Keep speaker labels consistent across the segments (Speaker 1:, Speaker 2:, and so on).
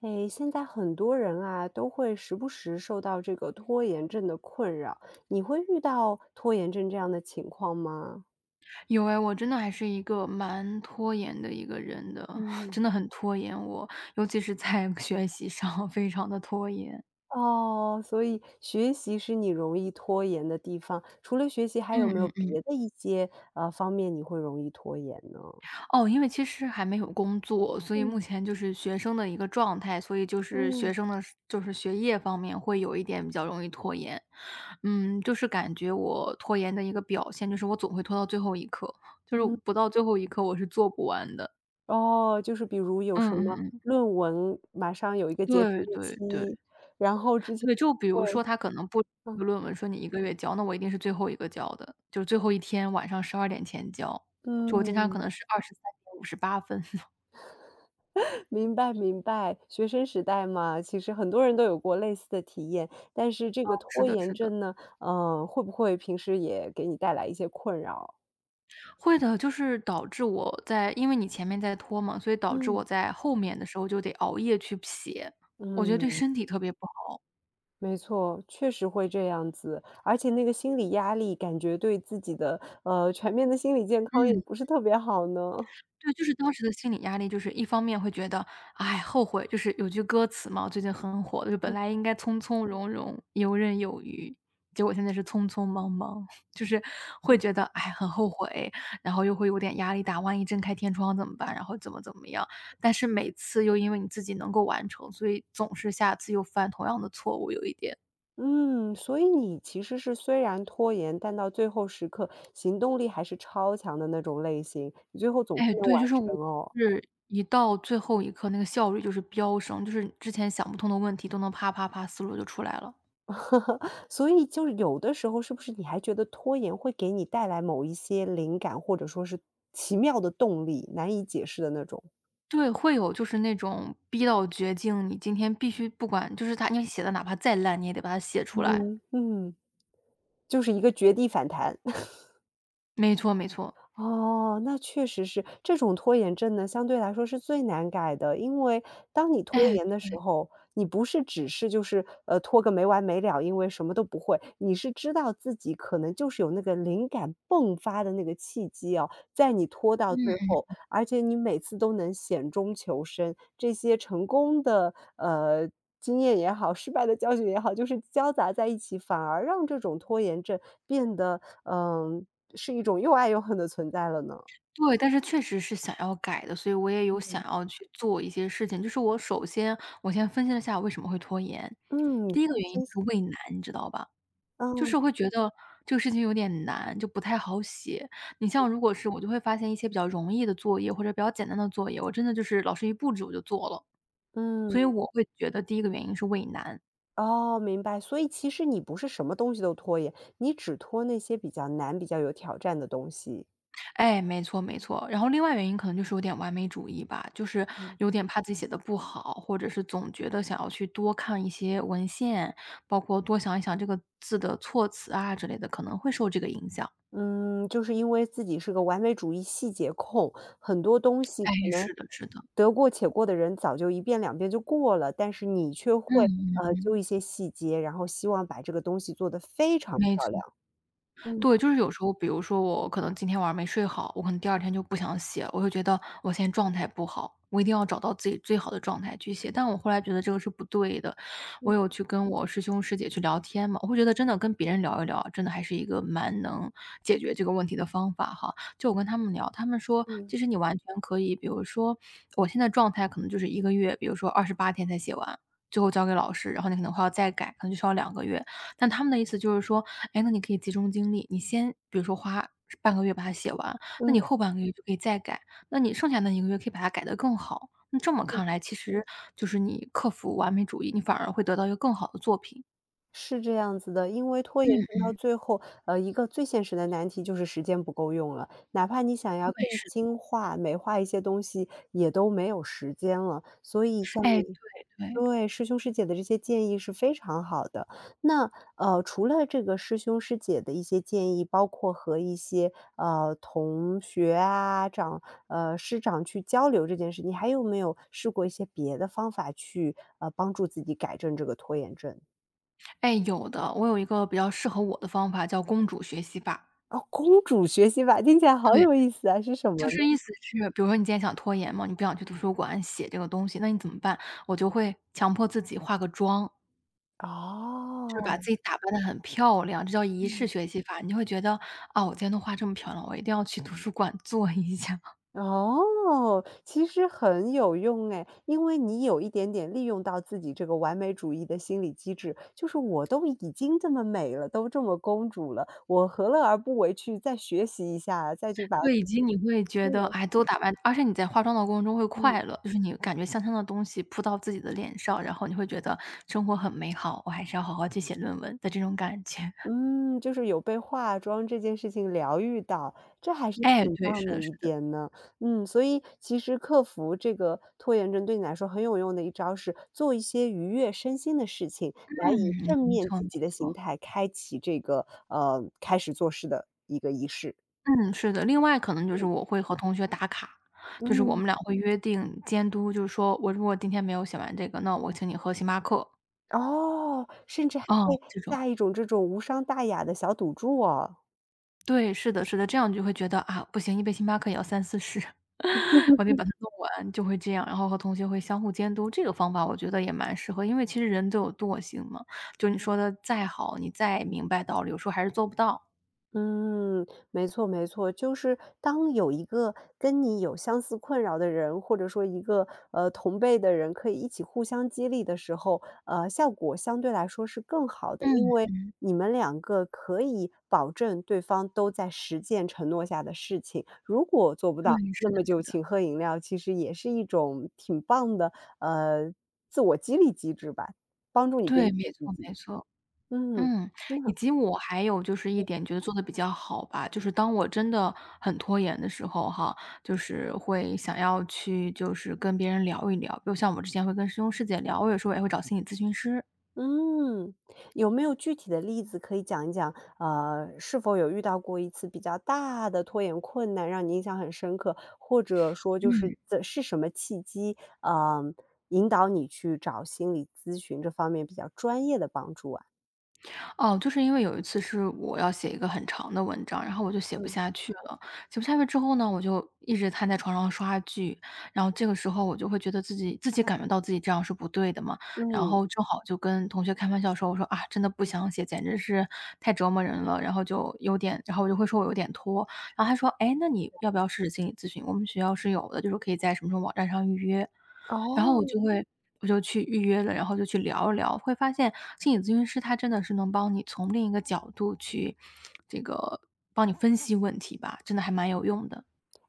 Speaker 1: 诶，现在很多人啊，都会时不时受到这个拖延症的困扰，你会遇到拖延症这样的情况吗？
Speaker 2: 有哎，我真的还是一个蛮拖延的一个人的，
Speaker 1: 嗯。
Speaker 2: 真的很拖延我，尤其是在 学习上非常的拖延。
Speaker 1: 哦，所以学习是你容易拖延的地方，除了学习还有
Speaker 2: 嗯
Speaker 1: 没有
Speaker 2: 嗯嗯。
Speaker 1: 别的一些，方面你会容易拖延呢？
Speaker 2: 哦，因为其实还没有工作，所以目
Speaker 1: 嗯。
Speaker 2: 前就是学生的一个状态，所以就是学
Speaker 1: 嗯，
Speaker 2: 生的就是学业方面会有一点比较容易拖延。嗯，就是感觉我拖延的一个表现，就是我总会拖到最后一刻，就是
Speaker 1: 嗯，
Speaker 2: 不到最后一刻我是做不完的。
Speaker 1: 哦，就是比如有什
Speaker 2: 嗯嗯
Speaker 1: 么
Speaker 2: 嗯。
Speaker 1: 论文马上有一个截止
Speaker 2: 对
Speaker 1: 日
Speaker 2: 对
Speaker 1: 期，
Speaker 2: 对。
Speaker 1: 然后之前
Speaker 2: 对，就比
Speaker 1: 会
Speaker 2: 如说他可能布置
Speaker 1: 嗯，
Speaker 2: 一个论文说你一个月交，那我一定是最后一个交的，就是最后一天晚上12点前交，就我经常可
Speaker 1: 嗯。
Speaker 2: 能是23:58。
Speaker 1: 明白明白，学生时代嘛，其实很多人都有过类似的体验，但是这个
Speaker 2: 是
Speaker 1: 拖
Speaker 2: 的
Speaker 1: 延
Speaker 2: 是的，
Speaker 1: 症呢，会不会平时也给你带来一些困扰？
Speaker 2: 会的，就是导致我在因为你前面在拖嘛，所以导致我
Speaker 1: 嗯。
Speaker 2: 在后面的时候就得熬夜去写，我觉得对
Speaker 1: 嗯，
Speaker 2: 身体特别不好。
Speaker 1: 没错，确实会这样子，而且那个心理压力感觉对自己的，全面的心理健康也
Speaker 2: 嗯。
Speaker 1: 不是特别好呢。
Speaker 2: 对，就是当时的心理压力，就是一方面会觉得，哎，后悔，就是有句歌词嘛，最近很火的，就本
Speaker 1: 嗯。
Speaker 2: 来应该从从容容、游刃有余，结果现在是匆匆忙忙，就是会觉得，哎，很后悔，然后又会有点压力大，万一睁开天窗怎么办？然后怎么怎么样？但是每次又因为你自己能够完成，所以总是下次又犯同样的错误，有一点。
Speaker 1: 嗯，所以你其实是虽然拖延，但到最后时刻行动力还是超强的那种类型，你最后总
Speaker 2: 哎，
Speaker 1: 是能
Speaker 2: 对，
Speaker 1: 完
Speaker 2: 就是我
Speaker 1: 成哦。
Speaker 2: 是一到最后一刻，那个效率就是飙升，就是之前想不通的问题都能啪啪啪思路就出来了。
Speaker 1: 所以就是有的时候，是不是你还觉得拖延会给你带来某一些灵感，或者说是奇妙的动力，难以解释的那种？
Speaker 2: 对，会有就是那种逼到绝境，你今天必须不管就是他，你写的哪怕再烂，你也得把它写出来。
Speaker 1: 嗯。嗯，就是一个绝地反弹。
Speaker 2: 没错没错。
Speaker 1: 哦，那确实是，这种拖延症呢，相对来说是最难改的。因为当你拖
Speaker 2: 哎，
Speaker 1: 延的时
Speaker 2: 对，
Speaker 1: 候，你不是只是就是，拖个没完没了，因为什么都不会，你是知道自己可能就是有那个灵感迸发的那个契机哦，在你拖到最后，而且你每次都能险中求生。这些成功的，经验也好，失败的教训也好，就是交杂在一起，反而让这种拖延症变得，嗯是一种又爱又恨的存在了呢？
Speaker 2: 对，但是确实是想要改的，所以我也有想要去做一些事情。就是我首先我先分析了一下我为什么会拖延。
Speaker 1: 嗯，
Speaker 2: 第一个
Speaker 1: 相
Speaker 2: 原因
Speaker 1: 信
Speaker 2: 就是畏难，你知道吧？就
Speaker 1: 嗯
Speaker 2: 是会觉得这个事情有点难，就不太好写。你像如果是我就会发现一些比较容易的作业，或者比较简单的作业，我真的就是老师一布置我就做了。所以
Speaker 1: 嗯，
Speaker 2: 我会觉得第一个原因是畏难。
Speaker 1: 哦，明白。所以其实你不是什么东西都拖延，你只拖那些比较难、比较有挑战的东西。
Speaker 2: 哎，没错没错。然后另外原因可能就是有点完美主义吧，就是
Speaker 1: 嗯。
Speaker 2: 有点怕自己写的不好，或者是总觉得想要去多看一些文献，包括多想一想这个字的措辞啊之类的，可能会受这个影响。
Speaker 1: 嗯，就是因为自己是个完美主义细节控，很多东西
Speaker 2: 哎，
Speaker 1: 可能
Speaker 2: 是的是的。
Speaker 1: 得过且过的人早就一遍两遍就过了，但是你却会，
Speaker 2: 嗯嗯
Speaker 1: 揪
Speaker 2: 嗯，
Speaker 1: 一些细节，然后希望把这个东西做得非常
Speaker 2: 没
Speaker 1: 漂亮。
Speaker 2: 错。
Speaker 1: 嗯
Speaker 2: 对，就是有时候，比如说我可能今天晚上没睡好，我可能第二天就不想写，我就觉得我现在状态不好，我一定要找到自己最好的状态去写。但我后来觉得这个是不对的，我有去跟我师兄师姐去聊天嘛，我会觉得真的跟别人聊一聊，真的还是一个蛮能解决这个问题的方法哈。就我跟他们聊，他们说
Speaker 1: 嗯
Speaker 2: 其实你完全可以，比如说我现在状态可能就是一个月，比如说28天才写完。最后交给老师，然后你可能会要再改，可能就需要2个月。但他们的意思就是说，哎，那你可以集中精力，你先比如说花半个月把它写完，那
Speaker 1: 嗯嗯。
Speaker 2: 你后半个月就可以再改，那你剩下那一个月可以把它改得更好。那这么看来，其实就是你克服完美主义，你反而会得到一个更好的作品。
Speaker 1: 是这样子的，因为拖延症
Speaker 2: 嗯，
Speaker 1: 到最后，一个最现实的难题就是时间不够用了。哪怕你想要
Speaker 2: 对，
Speaker 1: 更
Speaker 2: 是的。
Speaker 1: 精化、美化一些东西，也都没有时间了。所以像
Speaker 2: 哎，对
Speaker 1: 你
Speaker 2: 对，
Speaker 1: 对，师兄师姐的这些建议是非常好的。那，除了这个师兄师姐的一些建议，包括和一些，同学啊、长师长去交流这件事，你还有没有试过一些别的方法去，帮助自己改正这个拖延症？
Speaker 2: 哎，有的，我有一个比较适合我的方法叫公主学习法。
Speaker 1: 哦，公主学习法，听起来好
Speaker 2: 对，
Speaker 1: 有意思啊，是什
Speaker 2: 就
Speaker 1: 么呢？
Speaker 2: 是意思是，比如说你今天想拖延嘛，你不想去图书馆写这个东西，那你怎么办？我就会强迫自己化个妆，就是把
Speaker 1: 哦，
Speaker 2: 自己打扮的很漂亮，这叫仪式
Speaker 1: 嗯，
Speaker 2: 学习法。你就会觉得，啊，我今天都化这么漂亮，我一定要去图书馆 坐一下。
Speaker 1: 哦，其实很有用哎，因为你有一点点利用到自己这个完美主义的心理机制，就是我都已经这么美了，都这么公主了，我何乐而不为去再学习一下啊，再去把
Speaker 2: 对，以及你会觉得，哎，都打扮而且你在化妆的过程中会
Speaker 1: 嗯
Speaker 2: 快乐，就是你感觉香香的东西扑到自己的脸上，然后你会觉得生活很美好，我还是要好好去写论文的这种感觉。
Speaker 1: 嗯，就是有被化妆这件事情疗愈到，这还是
Speaker 2: 哎，
Speaker 1: 挺
Speaker 2: 对，
Speaker 1: 棒
Speaker 2: 是
Speaker 1: 的
Speaker 2: 的是
Speaker 1: 一
Speaker 2: 的。
Speaker 1: 点呢。嗯，所以其实克服这个拖延症对你来说很有用的一招是做一些愉悦身心的事情，来以
Speaker 2: 嗯，
Speaker 1: 正
Speaker 2: 没
Speaker 1: 面
Speaker 2: 错
Speaker 1: 积
Speaker 2: 没
Speaker 1: 极的心
Speaker 2: 错。
Speaker 1: 态开启这个开始做事的一个仪式。
Speaker 2: 嗯，是的。另外可能就是我会和同学打卡，就是我
Speaker 1: 嗯，
Speaker 2: 们俩会约定监督，就是说我如果今天没有写完这个，那我请你喝星巴克。
Speaker 1: 哦，甚至还
Speaker 2: 哦，
Speaker 1: 会
Speaker 2: 这种，
Speaker 1: 下一种这种无伤大雅的小赌注哦。
Speaker 2: 对，是的是的，这样你就会觉得，啊，不行，一杯星巴克也要三四十，我得把它弄完，就会这样，然后和同学会相互监督，这个方法我觉得也蛮适合。因为其实人都有惰性嘛，就你说的再好，你再明白道理，有时候还是做不到。
Speaker 1: 嗯，没错没错，就是当有一个跟你有相似困扰的人，或者说一个同辈的人，可以一起互相激励的时候，效果相对来说是更好的，因
Speaker 2: 嗯，
Speaker 1: 为你们两个可以保证对方都在实践承诺下的事情。如果做不
Speaker 2: 对，
Speaker 1: 到，那
Speaker 2: 是的
Speaker 1: 么
Speaker 2: 是
Speaker 1: 就
Speaker 2: 的，
Speaker 1: 请喝饮料，其实也是一种挺棒的呃自我激励机制吧，帮助你鞭
Speaker 2: 对，
Speaker 1: 策
Speaker 2: 没
Speaker 1: 自
Speaker 2: 错
Speaker 1: 己。
Speaker 2: 没错。
Speaker 1: 嗯，
Speaker 2: 嗯，
Speaker 1: 那
Speaker 2: 以及我还有就是一点觉得做的比较好吧，就是当我真的很拖延的时候哈，就是会想要去就是跟别人聊一聊，比如像我之前会跟师兄师姐聊，我有时候也会找心理咨询师。
Speaker 1: 嗯，有没有具体的例子可以讲一讲？是否有遇到过一次比较大的拖延困难，让你印象很深刻，或者说就是
Speaker 2: 嗯。
Speaker 1: 这是什么契机，引导你去找心理咨询这方面比较专业的帮助啊？
Speaker 2: 哦，就是因为有一次是我要写一个很长的文章，然后我就写不
Speaker 1: 嗯
Speaker 2: 下去了。写不下去之后呢，我就一直瘫在床上刷剧，然后这个时候我就会觉得自己感觉到自己这样是不对的嘛，然
Speaker 1: 嗯，
Speaker 2: 后正好就跟同学开玩笑说，我说啊，真的不想写，简直是太折磨人了，然后就有点，然后我就会说我有点拖，然后他说，哎，那你要不要试试心理咨询？我们学校是有的，就是可以在什么什么网站上预约。然后
Speaker 1: 哦，
Speaker 2: 我就去预约了，然后就去聊一聊，会发现心理咨询师他真的是能帮你从另一个角度去这个帮你分析问题吧，真的还蛮有用的。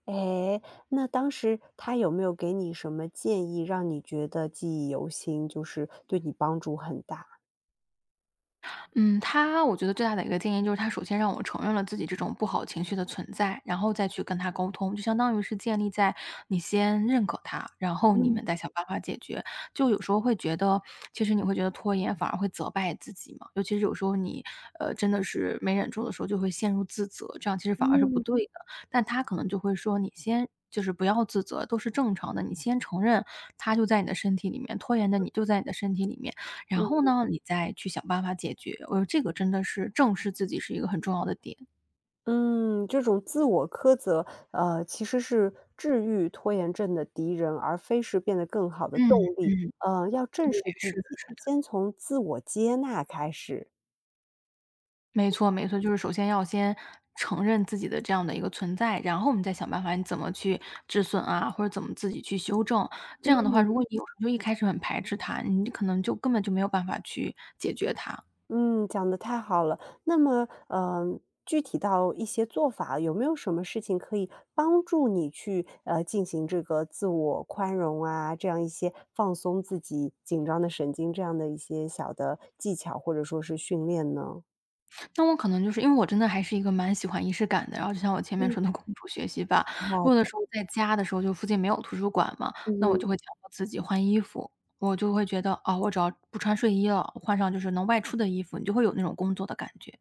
Speaker 1: 哎，那当时他有没有给你什么建议，让你觉得记忆犹新，就是对你帮助很大？
Speaker 2: 嗯，他我觉得最大的一个建议就是他首先让我承认了自己这种不好情绪的存在，然后再去跟他沟通，就相当于是建立在你先认可他，然后你
Speaker 1: 嗯
Speaker 2: 们再想办法解决。就有时候会觉得，其实你会觉得拖延反而会责败自己嘛，尤其是有时候你真的是没忍住的时候，就会陷入自责，这样其实反而是
Speaker 1: 嗯
Speaker 2: 不
Speaker 1: 嗯。
Speaker 2: 对的。但他可能就会说，你先。就是不要自责，都是正常的。你先承认，他就在你的身体里面，拖延的你就在你的身体里面。然后呢，你再去想办法解决。我觉得这个真的是正视自己是一个很重要的点。
Speaker 1: 嗯，这种自我苛责，其实是治愈拖延症的敌人，而非是变得更好的
Speaker 2: 嗯
Speaker 1: 动力。
Speaker 2: 嗯，
Speaker 1: 要正
Speaker 2: 对，
Speaker 1: 视自
Speaker 2: 是的，
Speaker 1: 己，
Speaker 2: 是的。
Speaker 1: 先从自我接纳开始。
Speaker 2: 没错没错，就是首先要先承认自己的这样的一个存在，然后我们再想办法你怎么去止损啊，或者怎么自己去修正。这样的话，如果你有时候就一开始很排斥它，你可能就根本就没有办法去解决它。
Speaker 1: 嗯，讲的太好了。那么，具体到一些做法，有没有什么事情可以帮助你去进行这个自我宽容啊，这样一些放松自己紧张的神经这样的一些小的技巧，或者说是训练呢？
Speaker 2: 那我可能就是因为我真的还是一个蛮喜欢仪式感的，然后就像我前面
Speaker 1: 嗯，
Speaker 2: 说的公主学习吧，如
Speaker 1: 好
Speaker 2: 果有的
Speaker 1: 的，
Speaker 2: 时候在家的时候就附近没有图书馆嘛，那我
Speaker 1: 嗯。
Speaker 2: 就会强迫自己换衣服。我就会觉得，啊，我只要不穿睡衣了，换上就是能外出的衣服，你就会有那种工作的感觉。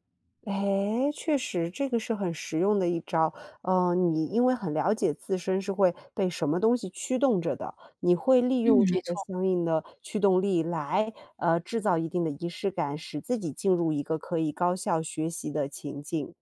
Speaker 1: 哎，确实，这个是很实用的一招。你因为很了解自身是会被什么东西驱动着的，你会利
Speaker 2: 嗯，
Speaker 1: 用这
Speaker 2: 没
Speaker 1: 个
Speaker 2: 错
Speaker 1: 相应的驱动力来，制造一定的仪式感，使自己进入一个可以高效学习的情境，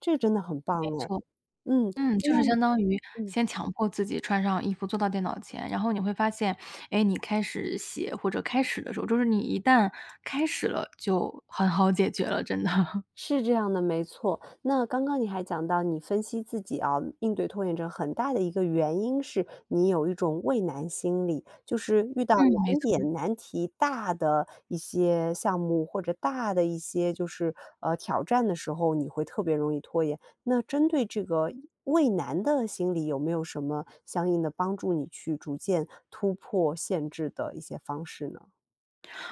Speaker 1: 这真的很
Speaker 2: 没
Speaker 1: 棒哎。
Speaker 2: 错。
Speaker 1: 嗯，
Speaker 2: 嗯，就
Speaker 1: 那
Speaker 2: 是相当于
Speaker 1: 嗯。
Speaker 2: 先强迫自己穿上衣服坐到电脑前，然后你会发现，哎，你开始写或者开始的时候，就是你一旦开始了，就很好解决了，真的。
Speaker 1: 是这样的，没错。那刚刚你还讲到，你分析自己啊，应对拖延症很大的一个原因是你有一种畏难心理，就是遇到
Speaker 2: 嗯，没
Speaker 1: 难
Speaker 2: 错。
Speaker 1: 点、难题、大的一些项目或者大的一些就是挑战的时候，你会特别容易拖延。那针对这个畏难的心理，有没有什么相应的帮助你去逐渐突破限制的一些方式呢？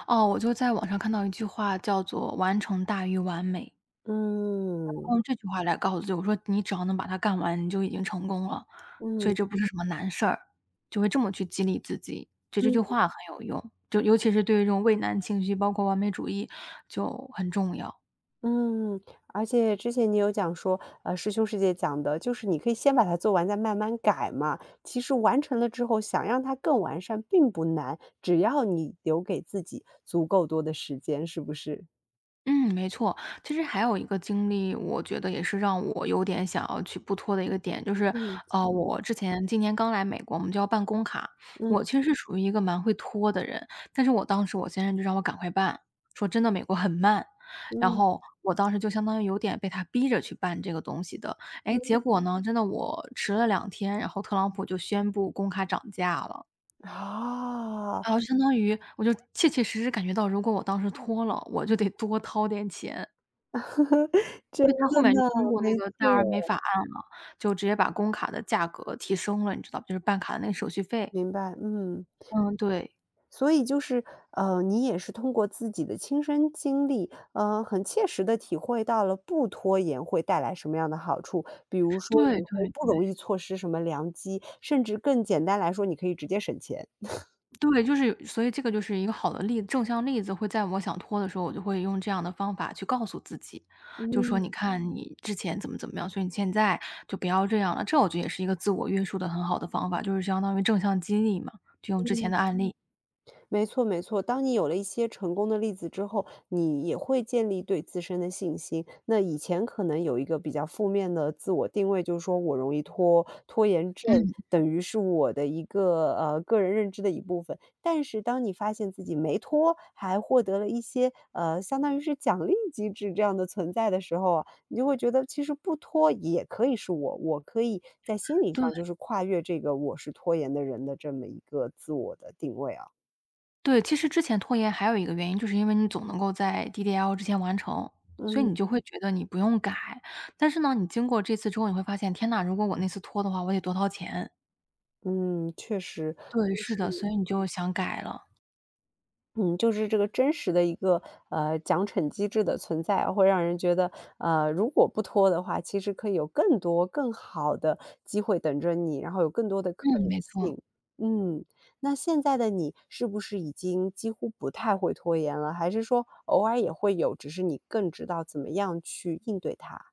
Speaker 2: 哦，我就在网上看到一句话叫做"完成大于完美"，
Speaker 1: 嗯
Speaker 2: 用这句话来告诉自己，我说你只要能把它干完，你就已经成功了，所以
Speaker 1: 嗯
Speaker 2: 这不是什么难事儿，就会这么去激励自己。就这句
Speaker 1: 嗯。
Speaker 2: 话很有用，就尤其是对于这种畏难情绪，包括完美主义就很重要。
Speaker 1: 嗯，而且之前你有讲说，师兄师姐讲的，就是你可以先把它做完，再慢慢改嘛。其实完成了之后，想让它更完善并不难，只要你留给自己足够多的时间，是不是？
Speaker 2: 嗯，没错。其实还有一个经历，我觉得也是让我有点想要去不脱的一个点，就是，
Speaker 1: 嗯。
Speaker 2: 我之前今年刚来美国，我们就要办公卡。
Speaker 1: 嗯
Speaker 2: 我其实是属于一个蛮会拖的人，但是我当时我先生就让我赶快办，说真的美国很慢。然
Speaker 1: 嗯
Speaker 2: 后我当时就相当于有点被他逼着去办这个东西的，哎，
Speaker 1: 嗯，
Speaker 2: 结果呢，真的我迟了2天，然后特朗普就宣布公卡涨价了。
Speaker 1: 啊，
Speaker 2: 然后相当于我就切切实实感觉到，如果我当时拖了，我就得多掏点钱。
Speaker 1: 真
Speaker 2: 因为他
Speaker 1: 的
Speaker 2: 后面就
Speaker 1: 呢，
Speaker 2: 通过那
Speaker 1: 没
Speaker 2: 个戴尔美
Speaker 1: 错，
Speaker 2: 法案了，就直接把工卡的价格提升了，你知道，就是办卡的那个手续费。
Speaker 1: 明白，嗯。
Speaker 2: 嗯，对。
Speaker 1: 所以就是，你也是通过自己的亲身经历，很切实的体会到了不拖延会带来什么样的好处。比如说
Speaker 2: 对
Speaker 1: 你会
Speaker 2: 对
Speaker 1: 不
Speaker 2: 对，
Speaker 1: 容易错失什么良机，甚至更简单来说，你可以直接省钱。
Speaker 2: 对，就是所以这个就是一个好的例正向例子，会在我想拖的时候，我就会用这样的方法去告诉自己，就说："你
Speaker 1: 嗯
Speaker 2: 看你之前怎么怎么样，所以你现在就不要这样了。"这我觉得也是一个自我约束的很好的方法，就是相当于正向激励嘛，就用之前
Speaker 1: 嗯。
Speaker 2: 的案例。
Speaker 1: 没错，没错。当你有了一些成功的例子之后，你也会建立对自身的信心。那以前可能有一个比较负面的自我定位，就是说我容易拖拖延症，
Speaker 2: 嗯，
Speaker 1: 等于是我的一个个人认知的一部分。但是当你发现自己没拖，还获得了一些相当于是奖励机制这样的存在的时候啊，你就会觉得其实不拖也可以是我，我可以在心理上
Speaker 2: 对。
Speaker 1: 就是跨越这个我是拖延的人的这么一个自我的定位啊。
Speaker 2: 对，其实之前拖延还有一个原因，就是因为你总能够在 DDL 之前完成，所以
Speaker 1: 嗯
Speaker 2: 你就会觉得你不用改。但是呢，你经过这次之后，你会发现，天呐，如果我那次拖的话，我得多掏钱。
Speaker 1: 嗯，确实，
Speaker 2: 对，
Speaker 1: 就
Speaker 2: 是的，
Speaker 1: 是
Speaker 2: 所以你就想改了。
Speaker 1: 嗯，就是这个真实的一个奖惩机制的存在啊会让人觉得，如果不拖的话，其实可以有更多更好的机会等着你，然后有更多的可
Speaker 2: 嗯，
Speaker 1: 能
Speaker 2: 没错。
Speaker 1: 性。嗯，那现在的你是不是已经几乎不太会拖延了？还是说偶尔也会有，只是你更知道怎么样去应对它？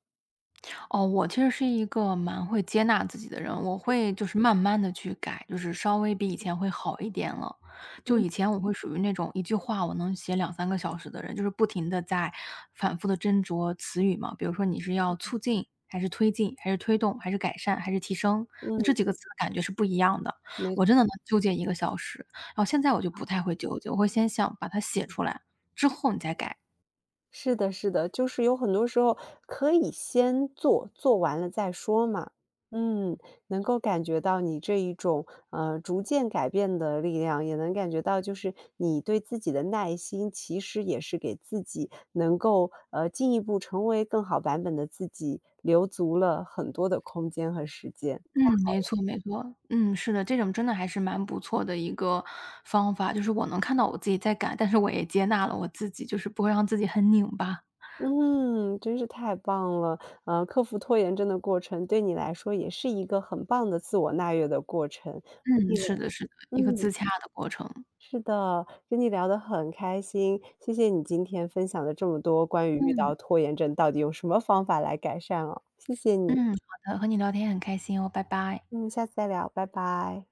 Speaker 2: 哦，我其实是一个蛮会接纳自己的人，我会就是慢慢的去改，就是稍微比以前会好一点了。
Speaker 1: 嗯
Speaker 2: 就以前我会属于那种一句话我能写两三个小时的人，就是不停的在反复的斟酌词语嘛，比如说你是要促进还是推进，还是推动，还是改善，还是提升，那这
Speaker 1: 嗯，
Speaker 2: 几个词的感觉是不一样的，我真
Speaker 1: 没
Speaker 2: 的能纠结一个小时。然后现在我就不太会纠结，我会先想把它写出来，之后你再改。
Speaker 1: 是的，是的，就是有很多时候可以先做，做完了再说嘛。嗯，能够感觉到你这一种逐渐改变的力量，也能感觉到就是你对自己的耐心，其实也是给自己能够进一步成为更好版本的自己留足了很多的空间和时间。
Speaker 2: 嗯，没错没错。嗯，是的，这种真的还是蛮不错的一个方法，就是我能看到我自己在改，但是我也接纳了我自己，就是不会让自己很拧巴。
Speaker 1: 嗯，真是太棒了！克服拖延症的过程对你来说也是一个很棒的自我纳越的过程。
Speaker 2: 嗯，是的是的，
Speaker 1: 嗯
Speaker 2: 一个
Speaker 1: 嗯。
Speaker 2: 自洽的过程。
Speaker 1: 是的，跟你聊得很开心，谢谢你今天分享的这么多关于遇到
Speaker 2: 嗯，
Speaker 1: 拖延症到底用什么方法来改善哦，谢谢你。
Speaker 2: 嗯，好的，和你聊天很开心哦，拜拜。
Speaker 1: 嗯，下次再聊，拜拜。